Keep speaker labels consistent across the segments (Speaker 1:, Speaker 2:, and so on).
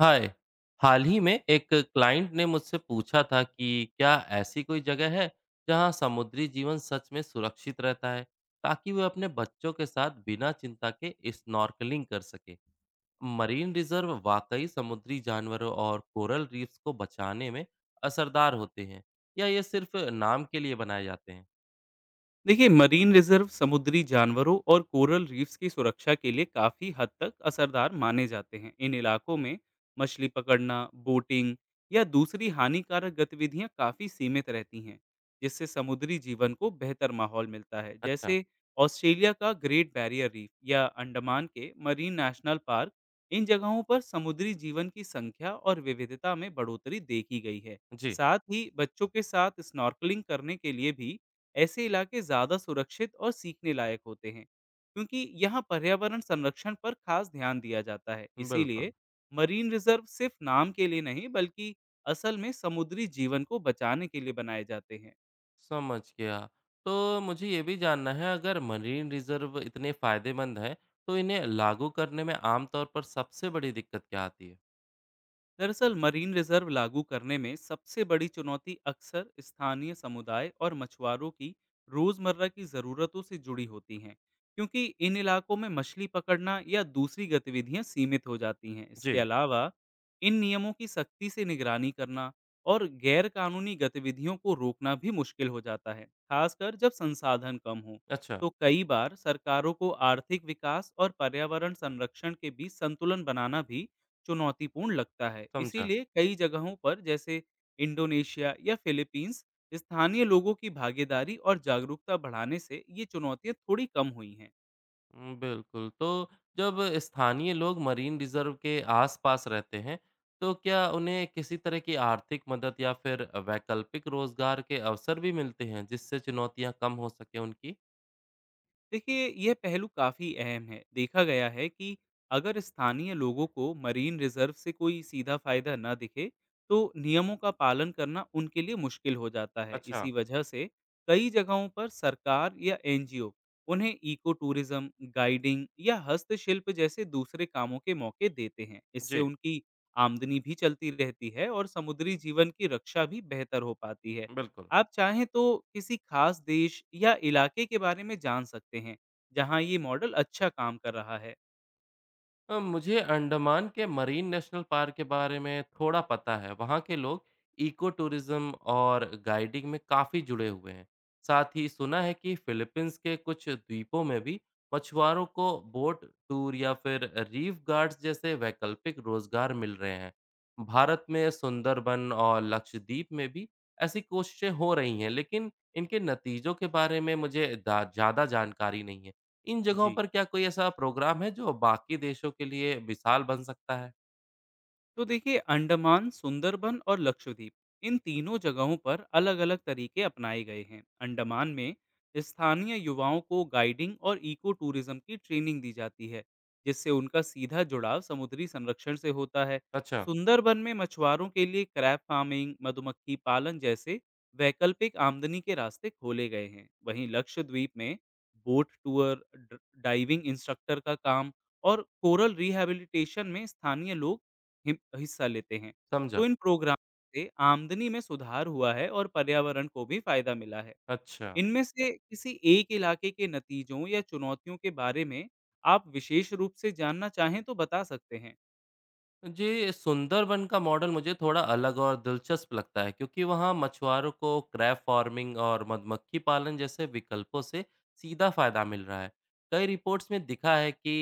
Speaker 1: हाय। हाल ही में एक क्लाइंट ने मुझसे पूछा था कि क्या ऐसी कोई जगह है जहां समुद्री जीवन सच में सुरक्षित रहता है, ताकि वे अपने बच्चों के साथ बिना चिंता के स्नॉर्कलिंग कर सके। मरीन रिजर्व वाकई समुद्री जानवरों और कोरल रीफ्स को बचाने में असरदार होते हैं या ये सिर्फ नाम के लिए बनाए जाते हैं?
Speaker 2: देखिए मरीन रिजर्व समुद्री जानवरों और कोरल रीफ्स की सुरक्षा के लिए काफ़ी हद तक असरदार माने जाते हैं। इन इलाकों में मछली पकड़ना, बोटिंग या दूसरी हानिकारक गतिविधियां काफ़ी सीमित रहती हैं, जिससे समुद्री जीवन को बेहतर माहौल मिलता है।
Speaker 1: अच्छा।
Speaker 2: जैसे ऑस्ट्रेलिया का ग्रेट बैरियर रीफ या अंडमान के मरीन नेशनल पार्क, इन जगहों पर समुद्री जीवन की संख्या और विविधता में बढ़ोतरी देखी गई है।
Speaker 1: जी।
Speaker 2: साथ ही बच्चों के साथ स्नॉर्कलिंग करने के लिए भी ऐसे इलाके ज़्यादा सुरक्षित और सीखने लायक होते हैं, क्योंकि यहाँ पर्यावरण संरक्षण पर खास ध्यान दिया जाता है।
Speaker 1: बिल्कुल।
Speaker 2: इसीलिए मरीन रिजर्व सिर्फ नाम के लिए नहीं, बल्कि असल में समुद्री जीवन को बचाने के लिए बनाए जाते हैं।
Speaker 1: समझ गया। तो मुझे ये भी जानना है, अगर मरीन रिजर्व इतने फ़ायदेमंद हैं, तो इन्हें लागू करने में आम तौर पर सबसे बड़ी दिक्कत क्या आती है?
Speaker 2: दरअसल मरीन रिजर्व लागू करने में सबसे बड़ी चुनौती अक्सर स्थानीय समुदाय और मछुआरों की रोजमर्रा की जरूरतों से जुड़ी होती हैं, क्योंकि इन इलाकों में मछली पकड़ना या दूसरी गतिविधियां सीमित हो जाती हैं। इसके
Speaker 1: जी।
Speaker 2: अलावा इन नियमों की सख्ती से निगरानी करना और गैर कानूनी गतिविधियों को रोकना भी मुश्किल हो जाता है, खासकर जब संसाधन कम हो।
Speaker 1: अच्छा।
Speaker 2: तो कई बार सरकारों को आर्थिक विकास और पर्यावरण संरक्षण के बीच संतुलन बनाना भी चुनौतीपूर्ण लगता है।
Speaker 1: समझा।
Speaker 2: इसीलिए कई जगहों पर, जैसे इंडोनेशिया या फ़िलीपींस, स्थानीय लोगों की भागीदारी और जागरूकता बढ़ाने से ये चुनौतियाँ थोड़ी कम हुई हैं।
Speaker 1: बिल्कुल, तो जब स्थानीय लोग मरीन रिजर्व के आस-पास रहते हैं, तो क्या उन्हें किसी तरह की आर्थिक मदद या फिर वैकल्पिक रोज़गार के अवसर भी मिलते हैं, जिससे चुनौतियाँ कम हो सकें उनकी?
Speaker 2: देखिए, यह पहलू काफ़ी अहम है। देखा गया है कि अगर स्थानीय लोगों को मरीन रिजर्व से कोई सीधा फ़ायदा ना दिखे, तो नियमों का पालन करना उनके लिए मुश्किल हो जाता है। इसी
Speaker 1: अच्छा।
Speaker 2: वजह से कई जगहों पर सरकार या एनजीओ उन्हें इको टूरिज़्म, गाइडिंग या हस्तशिल्प जैसे दूसरे कामों के मौके देते हैं। इससे
Speaker 1: जी।
Speaker 2: उनकी आमदनी भी चलती रहती है और समुद्री जीवन की रक्षा भी बेहतर हो पाती है।
Speaker 1: बिल्कुल।
Speaker 2: आप चाहें तो किसी खास देश या इलाके के बारे में जान सकते हैं, जहाँ ये मॉडल अच्छा काम कर रहा है।
Speaker 1: मुझे अंडमान के मरीन नेशनल पार्क के बारे में थोड़ा पता है। वहाँ के लोग इको टूरिज्म और गाइडिंग में काफ़ी जुड़े हुए हैं। साथ ही सुना है कि फिलीपींस के कुछ द्वीपों में भी मछुआरों को बोट टूर या फिर रीफ गार्ड्स जैसे वैकल्पिक रोजगार मिल रहे हैं। भारत में सुंदरबन और लक्षद्वीप में भी ऐसी कोशिशें हो रही हैं, लेकिन इनके नतीजों के बारे में मुझे ज़्यादा जानकारी नहीं है। इन जगहों
Speaker 2: जी।
Speaker 1: पर क्या कोई ऐसा प्रोग्राम है जो बाकी देशों के लिए मिसाल बन सकता है?
Speaker 2: तो देखिए अंडमान, सुंदरबन और लक्षद्वीप, इन तीनों जगहों पर अलग अलग तरीके अपनाए गए हैं। अंडमान में स्थानीय युवाओं को गाइडिंग और इको टूरिज्म की ट्रेनिंग दी जाती है, जिससे उनका सीधा जुड़ाव समुद्री संरक्षण से होता है।
Speaker 1: अच्छा।
Speaker 2: सुंदरबन में मछुआरों के लिए क्रैप फार्मिंग, मधुमक्खी पालन जैसे वैकल्पिक आमदनी के रास्ते खोले गए हैं। वहीं लक्षद्वीप में बोट टूर, डाइविंग इंस्ट्रक्टर का काम और कोरल रिहैबिलिटेशन में स्थानीय लोग हिम हिस्सा लेते हैं। तो
Speaker 1: समझा।
Speaker 2: इन प्रोग्राम से आमदनी में सुधार हुआ है और पर्यावरण को भी फ़ायदा मिला है।
Speaker 1: अच्छा।
Speaker 2: इनमें से किसी एक इलाके के नतीजों या चुनौतियों के बारे में आप विशेष रूप से जानना चाहें तो बता सकते हैं।
Speaker 1: जी, सुंदरबन का मॉडल मुझे थोड़ा अलग और दिलचस्प लगता है, क्योंकि वहाँ मछुआरों को क्रैब फार्मिंग और मधुमक्खी पालन जैसे विकल्पों से सीधा फायदा मिल रहा है। कई रिपोर्ट्स में दिखा है कि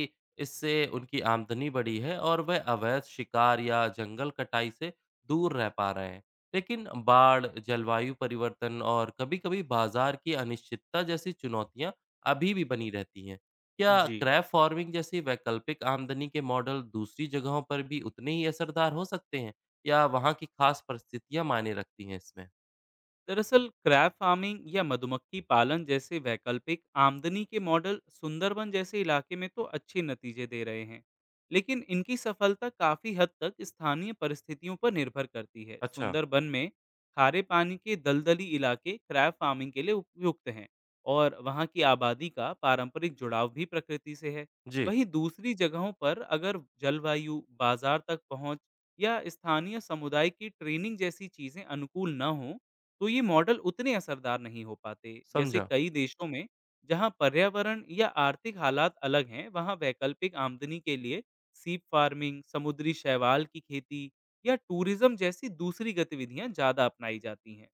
Speaker 1: इससे उनकी आमदनी बढ़ी है और वह अवैध शिकार या जंगल कटाई से दूर रह पा रहे हैं। लेकिन बाढ़, जलवायु परिवर्तन और कभी-कभी बाजार की अनिश्चितता जैसी चुनौतियाँ अभी भी बनी रहती हैं। क्या
Speaker 2: जी।
Speaker 1: क्रैप फार्मिंग जैसी वैकल्पिक आमदनी के मॉडल दूसरी जगहों पर भी उतने ही असरदार हो सकते हैं या वहाँ की खास परिस्थितियाँ मायने रखती हैं इसमें?
Speaker 2: दरअसल क्रैप फार्मिंग या मधुमक्खी पालन जैसे वैकल्पिक आमदनी के मॉडल सुंदरबन जैसे इलाके में तो अच्छे नतीजे दे रहे हैं, लेकिन इनकी सफलता काफ़ी हद तक स्थानीय परिस्थितियों पर निर्भर करती है।
Speaker 1: अच्छा।
Speaker 2: सुंदरबन में खारे पानी के दलदली इलाके क्रैप फार्मिंग के लिए उपयुक्त हैं और वहाँ की आबादी का पारंपरिक जुड़ाव भी प्रकृति से है।
Speaker 1: जी।
Speaker 2: वहीं दूसरी जगहों पर अगर जलवायु, बाजार तक पहुँच या स्थानीय समुदाय की ट्रेनिंग जैसी चीज़ें अनुकूल न हों, तो ये मॉडल उतने असरदार नहीं हो पाते। जैसे
Speaker 1: समझा।
Speaker 2: कई देशों में, जहाँ पर्यावरण या आर्थिक हालात अलग हैं, वहाँ वैकल्पिक आमदनी के लिए सीप फार्मिंग, समुद्री शैवाल की खेती या टूरिज्म जैसी दूसरी गतिविधियां ज्यादा अपनाई जाती हैं।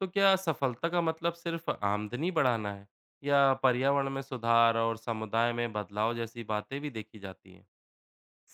Speaker 1: तो क्या सफलता का मतलब सिर्फ आमदनी बढ़ाना है या पर्यावरण में सुधार और समुदाय में बदलाव जैसी बातें भी देखी जाती हैं?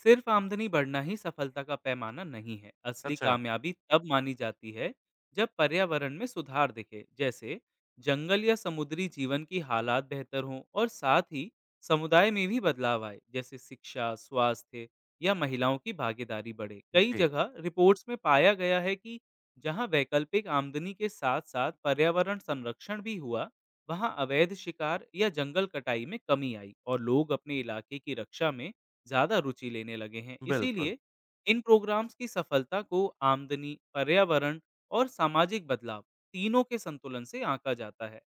Speaker 2: सिर्फ आमदनी बढ़ना ही सफलता का पैमाना नहीं है। असली
Speaker 1: अच्छा।
Speaker 2: कामयाबी तब मानी जाती है जब पर्यावरण में सुधार दिखे, जैसे जंगल या समुद्री जीवन की हालात बेहतर हों, और साथ ही समुदाय में भी बदलाव आए, जैसे शिक्षा, स्वास्थ्य या महिलाओं की भागीदारी बढ़े। कई
Speaker 1: जी।
Speaker 2: जगह रिपोर्ट्स में पाया गया है कि जहां वैकल्पिक आमदनी के साथ साथ पर्यावरण संरक्षण भी हुआ, वहां अवैध शिकार या जंगल कटाई में कमी आई और लोग अपने इलाके की रक्षा में ज़्यादा रुचि लेने लगे हैं।
Speaker 1: बिल्कुल।
Speaker 2: इसीलिए इन प्रोग्राम्स की सफलता को आमदनी, पर्यावरण और सामाजिक बदलाव, तीनों के संतुलन से आंका जाता है।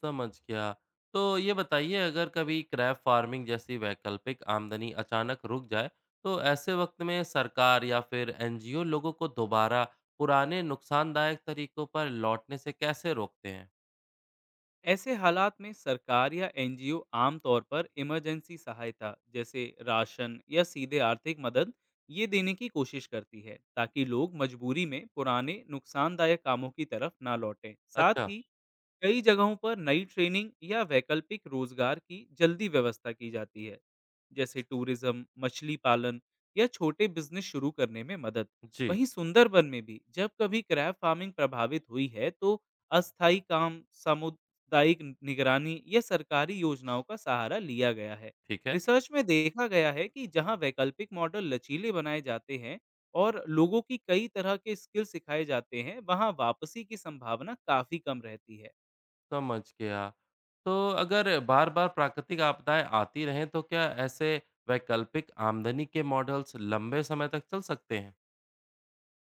Speaker 1: समझ गया। तो ये बताइए, अगर कभी क्रैप फार्मिंग जैसी वैकल्पिक आमदनी अचानक रुक जाए, तो ऐसे वक़्त में सरकार या फिर एनजीओ लोगों को दोबारा पुराने नुकसानदायक तरीकों पर लौटने से कैसे रोकते हैं?
Speaker 2: ऐसे हालात में सरकार या एनजीओ आमतौर पर इमरजेंसी सहायता, जैसे राशन या सीधे आर्थिक मदद, ये देने की कोशिश करती है, ताकि लोग मजबूरी में पुराने नुकसानदायक कामों की तरफ ना लौटें। साथ
Speaker 1: अच्छा।
Speaker 2: ही कई जगहों पर नई ट्रेनिंग या वैकल्पिक रोजगार की जल्दी व्यवस्था की जाती है, जैसे टूरिज्म, मछली पालन या छोटे बिजनेस शुरू करने में मदद।
Speaker 1: जी।
Speaker 2: वहीं सुंदरबन में भी जब कभी क्रैप फार्मिंग प्रभावित हुई है, तो अस्थायी काम, सामुदायिक निगरानी या सरकारी योजनाओं का सहारा लिया गया है।
Speaker 1: ठीक है।
Speaker 2: रिसर्च में देखा गया है कि जहां वैकल्पिक मॉडल लचीले बनाए जाते हैं और लोगों की कई तरह के स्किल सिखाए जाते हैं, वहां वापसी की संभावना काफी कम रहती है।
Speaker 1: समझ गया। तो अगर बार-बार प्राकृतिक आपदाएँ आती रहें, तो क्या ऐसे वैकल्पिक आमदनी के मॉडल्स लंबे समय तक चल सकते हैं?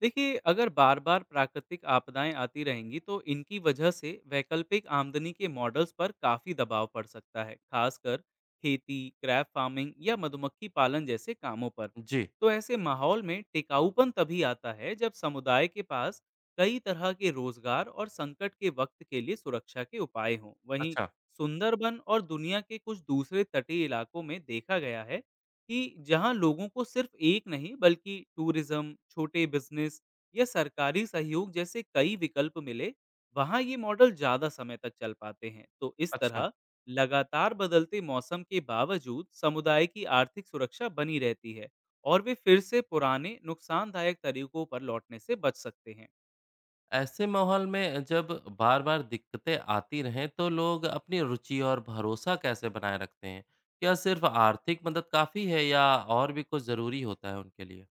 Speaker 2: देखिए अगर बार बार प्राकृतिक आपदाएं आती रहेंगी, तो इनकी वजह से वैकल्पिक आमदनी के मॉडल्स पर काफी दबाव पड़ सकता है, खासकर खेती, क्रैप फार्मिंग या मधुमक्खी पालन जैसे कामों पर।
Speaker 1: जी।
Speaker 2: तो ऐसे माहौल में टिकाऊपन तभी आता है जब समुदाय के पास कई तरह के रोजगार और संकट के वक्त के लिए सुरक्षा के उपाय हों। वहीं
Speaker 1: अच्छा।
Speaker 2: सुंदरबन और दुनिया के कुछ दूसरे तटीय इलाकों में देखा गया है कि जहां लोगों को सिर्फ एक नहीं, बल्कि टूरिज्म, छोटे बिजनेस या सरकारी सहयोग जैसे कई विकल्प मिले, वहां ये मॉडल ज्यादा समय तक चल पाते हैं। तो इस
Speaker 1: अच्छा।
Speaker 2: तरह लगातार बदलते मौसम के बावजूद समुदाय की आर्थिक सुरक्षा बनी रहती है और वे फिर से पुराने नुकसानदायक तरीकों पर लौटने से बच सकते हैं।
Speaker 1: ऐसे माहौल में जब बार बार दिक्कतें आती रहें तो लोग अपनी रुचि और भरोसा कैसे बनाए रखते हैं? क्या सिर्फ आर्थिक मदद काफ़ी है या और भी कुछ ज़रूरी होता है उनके लिए?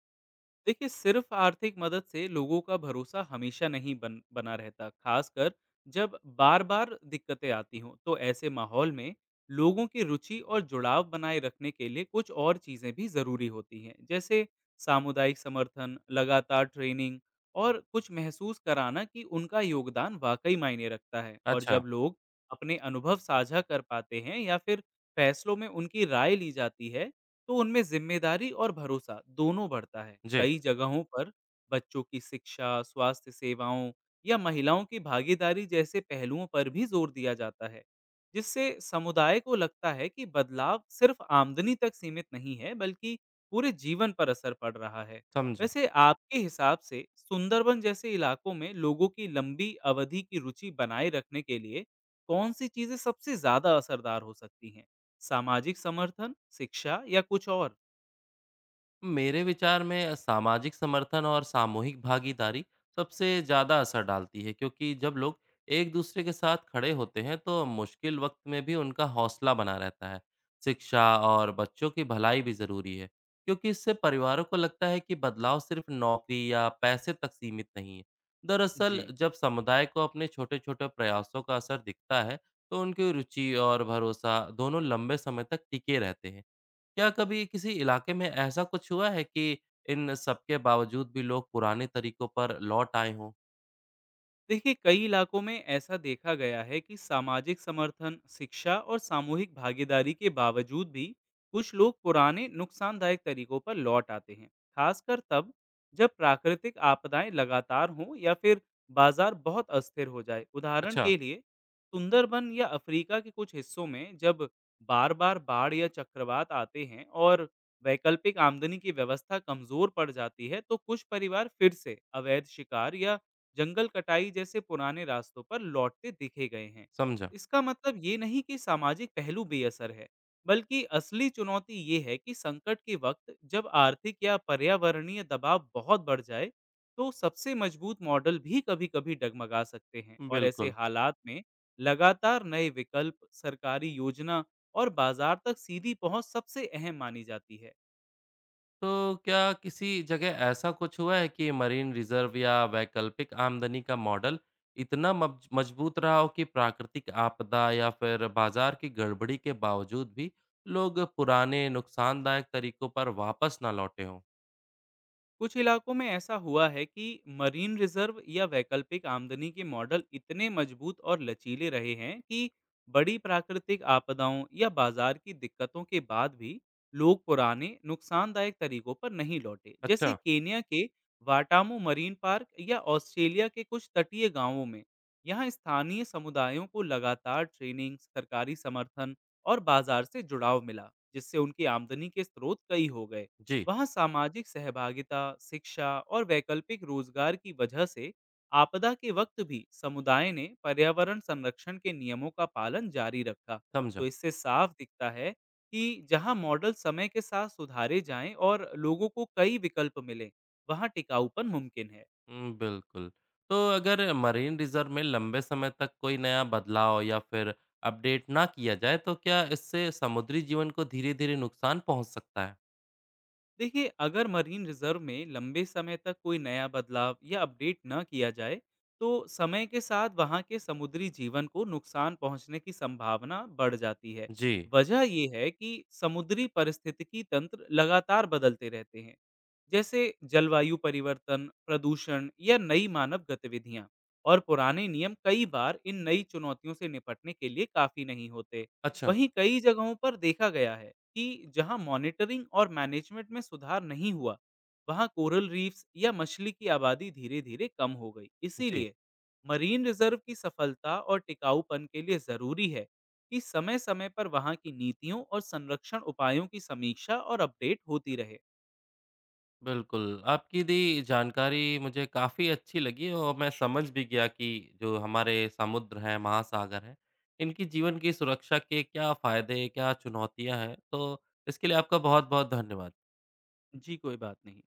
Speaker 2: देखिए सिर्फ आर्थिक मदद से लोगों का भरोसा हमेशा नहीं बन बना रहता, खासकर जब बार बार दिक्कतें आती हों। तो ऐसे माहौल में लोगों की रुचि और जुड़ाव बनाए रखने के लिए कुछ और चीज़ें भी ज़रूरी होती हैं, जैसे सामुदायिक समर्थन, लगातार ट्रेनिंग और कुछ महसूस कराना कि उनका योगदान वाकई मायने रखता है। और
Speaker 1: अच्छा।
Speaker 2: जब लोग अपने अनुभव साझा कर पाते हैं या फिर फैसलों में उनकी राय ली जाती है, तो उनमें जिम्मेदारी और भरोसा दोनों बढ़ता है।
Speaker 1: जी।
Speaker 2: कई जगहों पर बच्चों की शिक्षा, स्वास्थ्य सेवाओं या महिलाओं की भागीदारी जैसे पहलुओं पर भी जोर दिया जाता है, जिससे समुदाय को लगता है कि बदलाव सिर्फ आमदनी तक सीमित नहीं है, बल्कि पूरे जीवन पर असर पड़ रहा है।
Speaker 1: समझा।
Speaker 2: वैसे आपके हिसाब से सुंदरबन जैसे इलाकों में लोगों की लंबी अवधि की रुचि बनाए रखने के लिए कौन सी चीजें सबसे ज्यादा असरदार हो सकती हैं, सामाजिक समर्थन, शिक्षा या कुछ और?
Speaker 1: मेरे विचार में सामाजिक समर्थन और सामूहिक भागीदारी सबसे ज़्यादा असर डालती है, क्योंकि जब लोग एक दूसरे के साथ खड़े होते हैं तो मुश्किल वक्त में भी उनका हौसला बना रहता है। शिक्षा और बच्चों की भलाई भी ज़रूरी है, क्योंकि इससे परिवारों को लगता है कि बदलाव सिर्फ नौकरी या पैसे तक सीमित नहीं है।
Speaker 2: जी।
Speaker 1: दरअसल जब समुदाय को अपने छोटे छोटे प्रयासों का असर दिखता है तो उनकी रुचि और भरोसा दोनों लंबे समय तक टिके रहते हैं। क्या कभी किसी इलाके में ऐसा कुछ हुआ है कि इन सबके बावजूद भी लोग पुराने तरीकों पर लौट आए हों?
Speaker 2: देखिए कई इलाकों में ऐसा देखा गया है कि सामाजिक समर्थन, शिक्षा और सामूहिक भागीदारी के बावजूद भी कुछ लोग पुराने नुकसानदायक तरीकों पर लौट आते हैं, खासकर तब जब प्राकृतिक आपदाएं लगातार हों या फिर बाजार बहुत अस्थिर हो जाए। उदाहरण
Speaker 1: अच्छा।
Speaker 2: के लिए सुंदरबन या अफ्रीका के कुछ हिस्सों में जब बार बार बाढ़ या चक्रवात आते हैं और वैकल्पिक आमदनी की व्यवस्था कमजोर पड़ जाती है, तो कुछ परिवार फिर से अवैध शिकार या जंगल कटाई जैसे पुराने रास्तों पर लौटते दिखे गए हैं।
Speaker 1: समझा।
Speaker 2: इसका मतलब ये नहीं कि सामाजिक पहलू बेअसर है, बल्कि असली चुनौती ये है कि संकट के वक्त जब आर्थिक या पर्यावरणीय दबाव बहुत बढ़ जाए, तो सबसे मजबूत मॉडल भी कभी कभी डगमगा सकते हैं। और ऐसे
Speaker 1: बिल्कुल।
Speaker 2: हालात में लगातार नए विकल्प, सरकारी योजना और बाजार तक सीधी पहुंच सबसे अहम मानी जाती है।
Speaker 1: तो क्या किसी जगह ऐसा कुछ हुआ है कि मरीन रिजर्व या वैकल्पिक आमदनी का मॉडल इतना मजबूत रहा हो कि प्राकृतिक आपदा या फिर बाजार की गड़बड़ी के बावजूद भी लोग पुराने नुकसानदायक तरीकों पर वापस ना लौटे हों?
Speaker 2: कुछ इलाकों में ऐसा हुआ है कि मरीन रिजर्व या वैकल्पिक आमदनी के मॉडल इतने मजबूत और लचीले रहे हैं कि बड़ी प्राकृतिक आपदाओं या बाजार की दिक्कतों के बाद भी लोग पुराने नुकसानदायक तरीकों पर नहीं लौटे। जैसे
Speaker 1: अच्छा।
Speaker 2: केनिया के वाटामो मरीन पार्क या ऑस्ट्रेलिया के कुछ तटीय गांवों में, यहाँ स्थानीय समुदायों को लगातार ट्रेनिंग, सरकारी समर्थन और बाजार से जुड़ाव मिला, जिससे उनकी आमदनी के स्रोत कई हो गए।
Speaker 1: जी।
Speaker 2: वहाँ सामाजिक सहभागिता, शिक्षा और वैकल्पिक रोजगार की वजह से आपदा के वक्त भी समुदाय ने पर्यावरण संरक्षण के नियमों का पालन जारी रखा। तो
Speaker 1: समझा।
Speaker 2: इससे साफ दिखता है कि जहाँ मॉडल समय के साथ सुधारे जाएं और लोगों को कई विकल्प मिलें, वहाँ टिकाऊपन मुमकिन है।
Speaker 1: हुँ, बिल्कुल। तो अगर मरीन रिज़र्व में लंबे समय तक कोई नया बदलाव या फिर अपडेट ना किया जाए, तो क्या इससे समुद्री जीवन को धीरे-धीरे नुकसान पहुँच सकता है?
Speaker 2: देखिए अगर मरीन रिजर्व में लंबे समय तक कोई नया बदलाव या अपडेट न किया जाए, तो समय के साथ वहाँ के समुद्री जीवन को नुकसान पहुँचने की संभावना बढ़ जाती है।
Speaker 1: जी।
Speaker 2: वजह यह है कि समुद्री पारिस्थितिकी तंत्र लगातार बदलते रहते हैं, जैसे जलवायु परिवर्तन, प्रदूषण या नई मानव गतिविधियाँ, और पुराने नियम कई बार इन नई चुनौतियों से निपटने के लिए काफ़ी नहीं होते।
Speaker 1: अच्छा।
Speaker 2: वहीं कई जगहों पर देखा गया है कि जहां मॉनिटरिंग और मैनेजमेंट में सुधार नहीं हुआ, वहां कोरल रीफ्स या मछली की आबादी धीरे-धीरे कम हो गई।
Speaker 1: जी।
Speaker 2: इसीलिए मरीन रिजर्व की सफलता और टिकाऊपन के लिए जरूरी है कि समय-समय पर वहां की नीतियों और संरक्षण उपायों की समीक्षा और अपडेट होती रहे।
Speaker 1: बिल्कुल, आपकी दी जानकारी मुझे काफ़ी अच्छी लगी और मैं समझ भी गया कि जो हमारे समुद्र हैं, महासागर हैं, इनकी जीवन की सुरक्षा के क्या फ़ायदे, क्या चुनौतियाँ हैं। तो इसके लिए आपका बहुत-बहुत धन्यवाद।
Speaker 2: जी, कोई बात नहीं।